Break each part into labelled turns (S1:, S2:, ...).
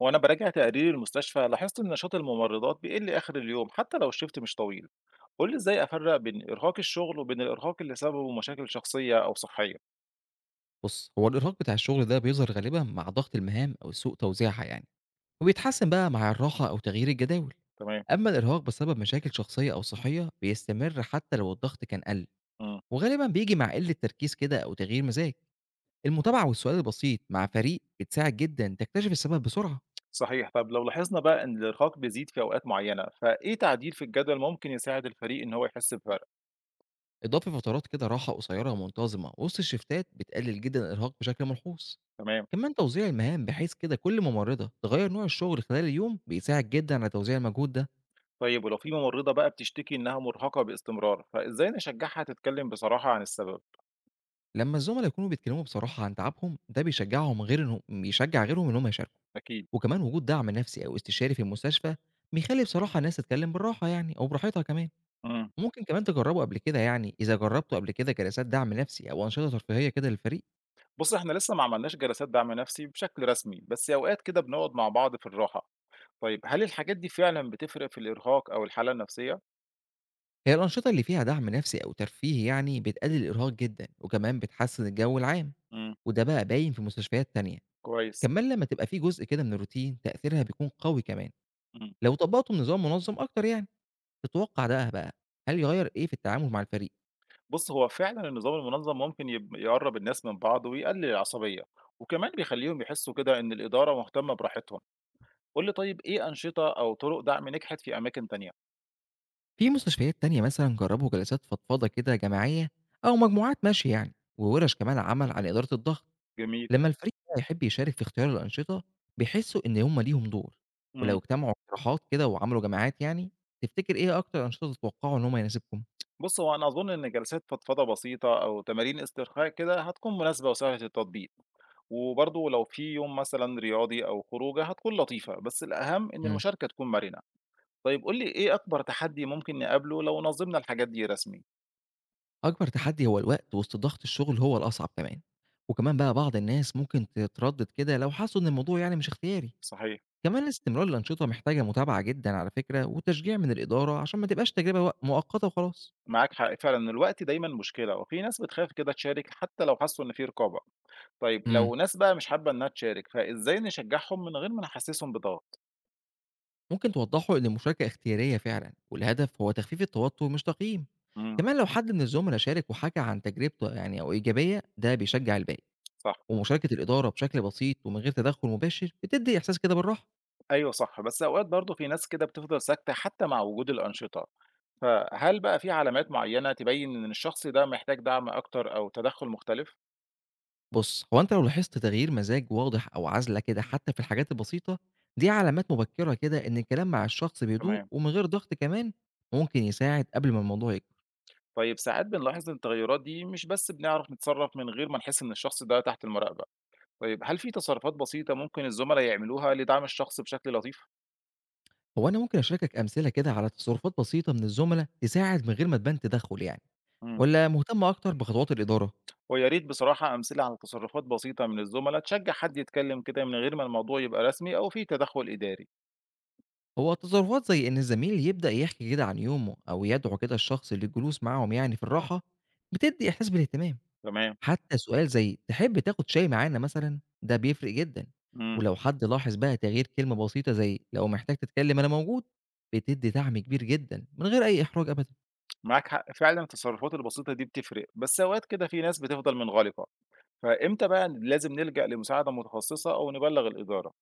S1: وأنا براجع تقارير المستشفى لاحظت إن نشاط الممرضات بيقل آخر اليوم حتى لو الشيفت مش طويل، قول لي إزاي أفرق بين إرهاق الشغل وبين الإرهاق اللي سببه مشاكل شخصية أو صحية؟
S2: بُص، هو الإرهاق بتاع الشغل ده بيظهر غالبًا مع ضغط المهام أو سوء توزيعها يعني، وبيتحسن بقى مع الراحة أو تغيير الجداول.
S1: تمام.
S2: أمّا الإرهاق بسبب مشاكل شخصية أو صحية بيستمر حتى لو الضغط كان قَل،
S1: امم
S2: وغالبًا بييجي مع قلة تركيز كده أو تغيير مزاج. المتابعة والسؤال البسيط مع فريق بتساعد جدًا تكتشف السبب بسرعة.
S1: صحيح. طب لو لاحظنا بقى إن الإرهاق بيزيد في أوقات معينة، فإيه تعديل في الجدول ممكن يساعد الفريق إن هو يحس بفرق؟
S2: إضافة فترات كده راحة قصيرة منتظمة وسط الشيفتات بتقلل جدًا الإرهاق بشكل ملحوظ.
S1: تمام.
S2: كمان توزيع المهام بحيث كده كل ممرضة تغيّر نوع الشغل خلال اليوم بيساعد جدًا على توزيع المجهود ده.
S1: طيب ولو في ممرضة بقى بتشتكي إنها مرهقة باستمرار، فإزاي نشجعها تتكلم بصراحة عن السبب؟
S2: لمّا الزملا يكونوا بيتكلموا بصراحة عن تعبهم، ده بيشجّعهم غير إنهم بيشجّع غيرهم إن هم يشاركوا،
S1: أكيد.
S2: وكمان وجود دعم نفسي أو استشاري في المستشفى بيخلّي بصراحة الناس تتكلم بالراحة يعني أو براحتها كمان.
S1: امم.
S2: وممكن كمان تجرّبوا قبل كده يعني إذا جرّبتوا قبل كده جلسات دعم نفسي أو أنشطة ترفيهية كده للفريق.
S1: بص، احنا لسه ما عملناش جلسات دعم نفسي بشكل رسمي، بس اوقات كده بنقعد مع بعض في الراحه. طيب هل الحاجات دي فعلًا بتفرق في الإرهاق أو الحالة النفسية؟
S2: هي الأنشطة اللي فيها دعم نفسي أو ترفيه يعني بتقلل الإرهاق جدًا، وكمان بتحسّن الجو العام،
S1: إمم.
S2: وده بقى باين في مستشفيات تانية.
S1: كويس.
S2: كمان لمّا تبقى في جزء كده من الروتين تأثيرها بيكون قوي كمان،
S1: إمم.
S2: لو طبّقتوا بنظام منظم أكتر يعني. تتوقع ده بقى، هل يغيّر إيه في التعامل مع الفريق؟
S1: بُص، هو فعلًا النظام المنظم ممكن يقرّب الناس من بعض ويقلل العصبية، وكمان بيخلّيهم يحسّوا كده إن الإدارة مهتمة براحتهم. قُل لي طيب إيه أنشطة أو طرق دعم نجحت في أماكن تانية؟
S2: في مستشفيات تانية مثلًا جرّبوا جلسات فضفضة كده جماعية أو مجموعات مشي يعني، وورش كمان عمل عن إدارة الضغط.
S1: جميل.
S2: لمّا الفريق بقى يحب يشارك في اختيار الأنشطة بيحسّوا إن هم ليهم دور، ولو
S1: إمم.
S2: اجتمعوا اقتراحات كده وعملوا جماعات يعني، تفتكر إيه أكتر أنشطة تتوقعوا إن هم يناسبكم؟
S1: بُص، هو أنا أظن إن جلسات فضفضة بسيطة أو تمارين استرخاء كده هتكون مناسبة وسهلة التطبيق، وبرضه لو في يوم مثلًا رياضي أو خروجة هتكون لطيفة، بس الأهم إن
S2: إمم.
S1: المشاركة تكون مرنة. طيب قُل لي إيه أكبر تحدّي ممكن نقابله لو نظّمنا الحاجات دي رسمي؟
S2: أكبر تحدي هو الوقت وسط ضغط الشغل هو الأصعب كمان، وكمان بقى بعض الناس ممكن تتردد كده لو حسّوا إن الموضوع يعني مش اختياري.
S1: صحيح.
S2: كمان استمرار الأنشطة محتاجة متابعة جدًا على فكرة وتشجيع من الإدارة عشان ما تبقاش تجربة مؤقتة وخلاص.
S1: معاك حق فعلًا الوقت دايمًا مشكلة، وفي ناس بتخاف كده تشارك حتى لو حسّوا إن في رقابة. طيب
S2: امم.
S1: لو ناس بقى مش حابة إنها تشارك، فإزاي نشجّعهم من غير ما نحسّسهم بضغط؟
S2: ممكن توضّحوا إن المشاركة اختيارية فعلًا والهدف هو تخفيف التوتر مش تقييم.
S1: إمم.
S2: كمان لو حد من الزملا شارك وحكى عن تجربته يعني أو إيجابية ده بيشجع الباقي،
S1: صح.
S2: ومشاركة الإدارة بشكل بسيط ومن غير تدخُّل مباشر بتدّي إحساس كده بالراحة.
S1: أيوه صح، بس أوقات برضه في ناس كده بتفضل ساكتة حتى مع وجود الأنشطة، فهل بقى في علامات معيّنة تبيّن إن الشخص ده محتاج دعم أكتر أو تدخُّل مختلف؟
S2: بُص، هو أنت لو لاحظت تغيير مزاج واضح أو عزلة كده حتى في الحاجات البسيطة، دي علامات مبكرة كده إن الكلام مع الشخص بهدوء
S1: تمام.
S2: ومن غير ضغط كمان ممكن يساعد قبل ما الموضوع يكبر.
S1: طيب ساعات بنلاحظ إن التغيرات دي مش بس بنعرف نتصرف من غير ما نحس إن الشخص ده تحت المراقبة، طيب هل في تصرفات بسيطة ممكن الزملاء يعملوها لدعم الشخص بشكل لطيف؟
S2: هو أنا ممكن أشاركك أمثلة كده على تصرفات بسيطة من الزملاء تساعد من غير ما تبان تدخل يعني،
S1: إمم.
S2: والّا مهتم أكتر بخطوات الإدارة؟
S1: ويا ريت بصراحة أمثلة على تصرفات بسيطة من الزملاء تشجع حد يتكلم كده من غير ما الموضوع يبقى رسمي أو فيه تدخل إداري.
S2: هو تصرفات زي إن الزميل يبدأ يحكي كده عن يومه أو يدعو كده الشخص للجلوس معاهم يعني في الراحة، بتدي إحساس بالاهتمام.
S1: تمام.
S2: حتى سؤال زي تحب تاخد شاي معانا مثلًا، ده بيفرق جدًا.
S1: إمم.
S2: ولو حد لاحظ بقى تغيير كلمة بسيطة زي لو محتاج تتكلم أنا موجود، بتدي دعم كبير جدًا من غير أي إحراج أبدًا.
S1: معاك حق فعلًا التصرفات البسيطة دي بتفرق، بس أوقات كده في ناس بتفضل منغلقة، فإمتى بقى لازم نلجأ لمساعدة متخصصة أو نبلغ الإدارة؟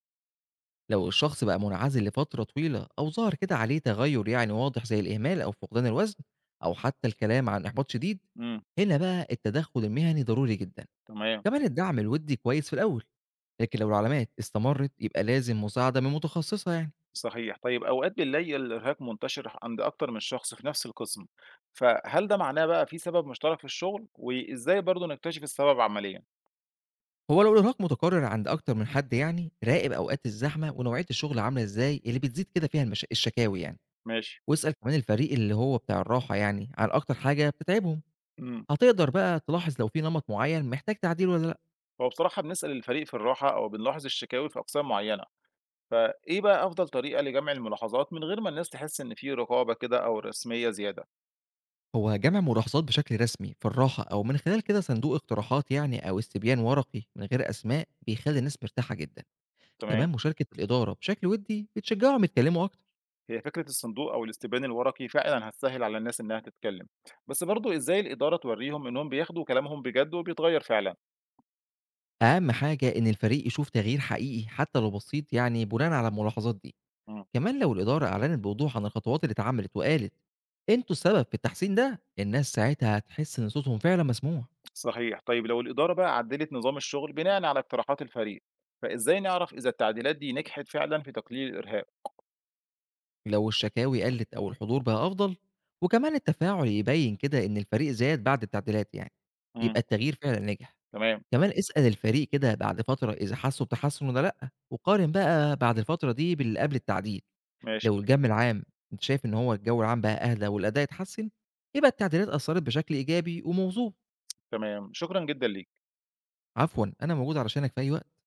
S2: لو الشخص بقى منعزل لفترة طويلة أو ظهر كده عليه تغير يعني واضح زي الإهمال أو فقدان الوزن أو حتى الكلام عن إحباط شديد،
S1: إمم.
S2: هنا بقى التدخل المهني ضروري جدا.
S1: تمام.
S2: كمان الدعم الودي كويس في الأول، لكن لو العلامات استمرت يبقى لازم مساعدة من متخصصة يعني.
S1: صحيح. طيب أوقات بنلاقي الإرهاق منتشر عند أكتر من شخص في نفس القسم، فهل ده معناه بقى في سبب مشترك في الشغل؟ وإزاي برضه نكتشف السبب عمليًا؟
S2: هو لو الإرهاق متكرر عند أكتر من حد يعني، راقب أوقات الزحمة ونوعية الشغل عاملة إزاي اللي بتزيد كده فيها الشكاوي يعني.
S1: ماشي.
S2: واسأل كمان الفريق اللي هو بتاع الراحة يعني عن أكتر حاجة بتتعبهم.
S1: إمم.
S2: هتقدر بقى تلاحظ لو في نمط معين محتاج تعديل ولا لأ.
S1: هو بصراحة بنسأل الفريق في الراحة أو بنلاحظ الشكاوي في أقسام معينة، فإيه بقى أفضل طريقة لجمع الملاحظات من غير ما الناس تحس إن في رقابة كده أو رسمية زيادة؟
S2: هو جمع ملاحظات بشكل رسمي في الراحة أو من خلال كده صندوق اقتراحات يعني أو استبيان ورقي من غير أسماء بيخلي الناس مرتاحة جدا. كمان
S1: تمام.
S2: مشاركة الإدارة بشكل ودي بتشجعهم يتكلموا أكتر.
S1: هي فكرة الصندوق أو الاستبيان الورقي فعلًا هتسهل على الناس إنها تتكلم، بس برضه إزاي الإدارة توريهم إنهم بياخدوا كلامهم بجد وبيتغير فعلًا؟
S2: أهم حاجة إن الفريق يشوف تغيير حقيقي حتى لو بسيط يعني بناء على الملاحظات دي.
S1: إمم.
S2: كمان لو الإدارة أعلنت بوضوح عن الخطوات اللي اتعملت وقالت أنتوا السبب في التحسين ده، الناس ساعتها هتحس إن صوتهم فعلا مسموع.
S1: صحيح. طيب لو الإدارة بقى عدّلت نظام الشغل بناءً على اقتراحات الفريق، فإزاي نعرف إذا التعديلات دي نجحت فعلًا في تقليل الإرهاق؟
S2: لو الشكاوي قلت أو الحضور بقى أفضل وكمان التفاعل يبين كده إن الفريق زاد بعد التعديلات يعني،
S1: إمم.
S2: يبقى التغيير فعلا نجح.
S1: تمام.
S2: كمان اسأل الفريق كده بعد فترة إذا حسوا بتحسن ولا لأ، وقارن بقى بعد الفترة دي باللي قبل التعديل.
S1: ماشي.
S2: لو الجم العام أنت شايف إن هو الجو العام بقى أهدى والأداء اتحسن، يبقى التعديلات أثرت بشكل إيجابي وموضوع.
S1: تمام، شكرًا جدًا ليك.
S2: عفوا، أنا موجود علشانك في أي وقت.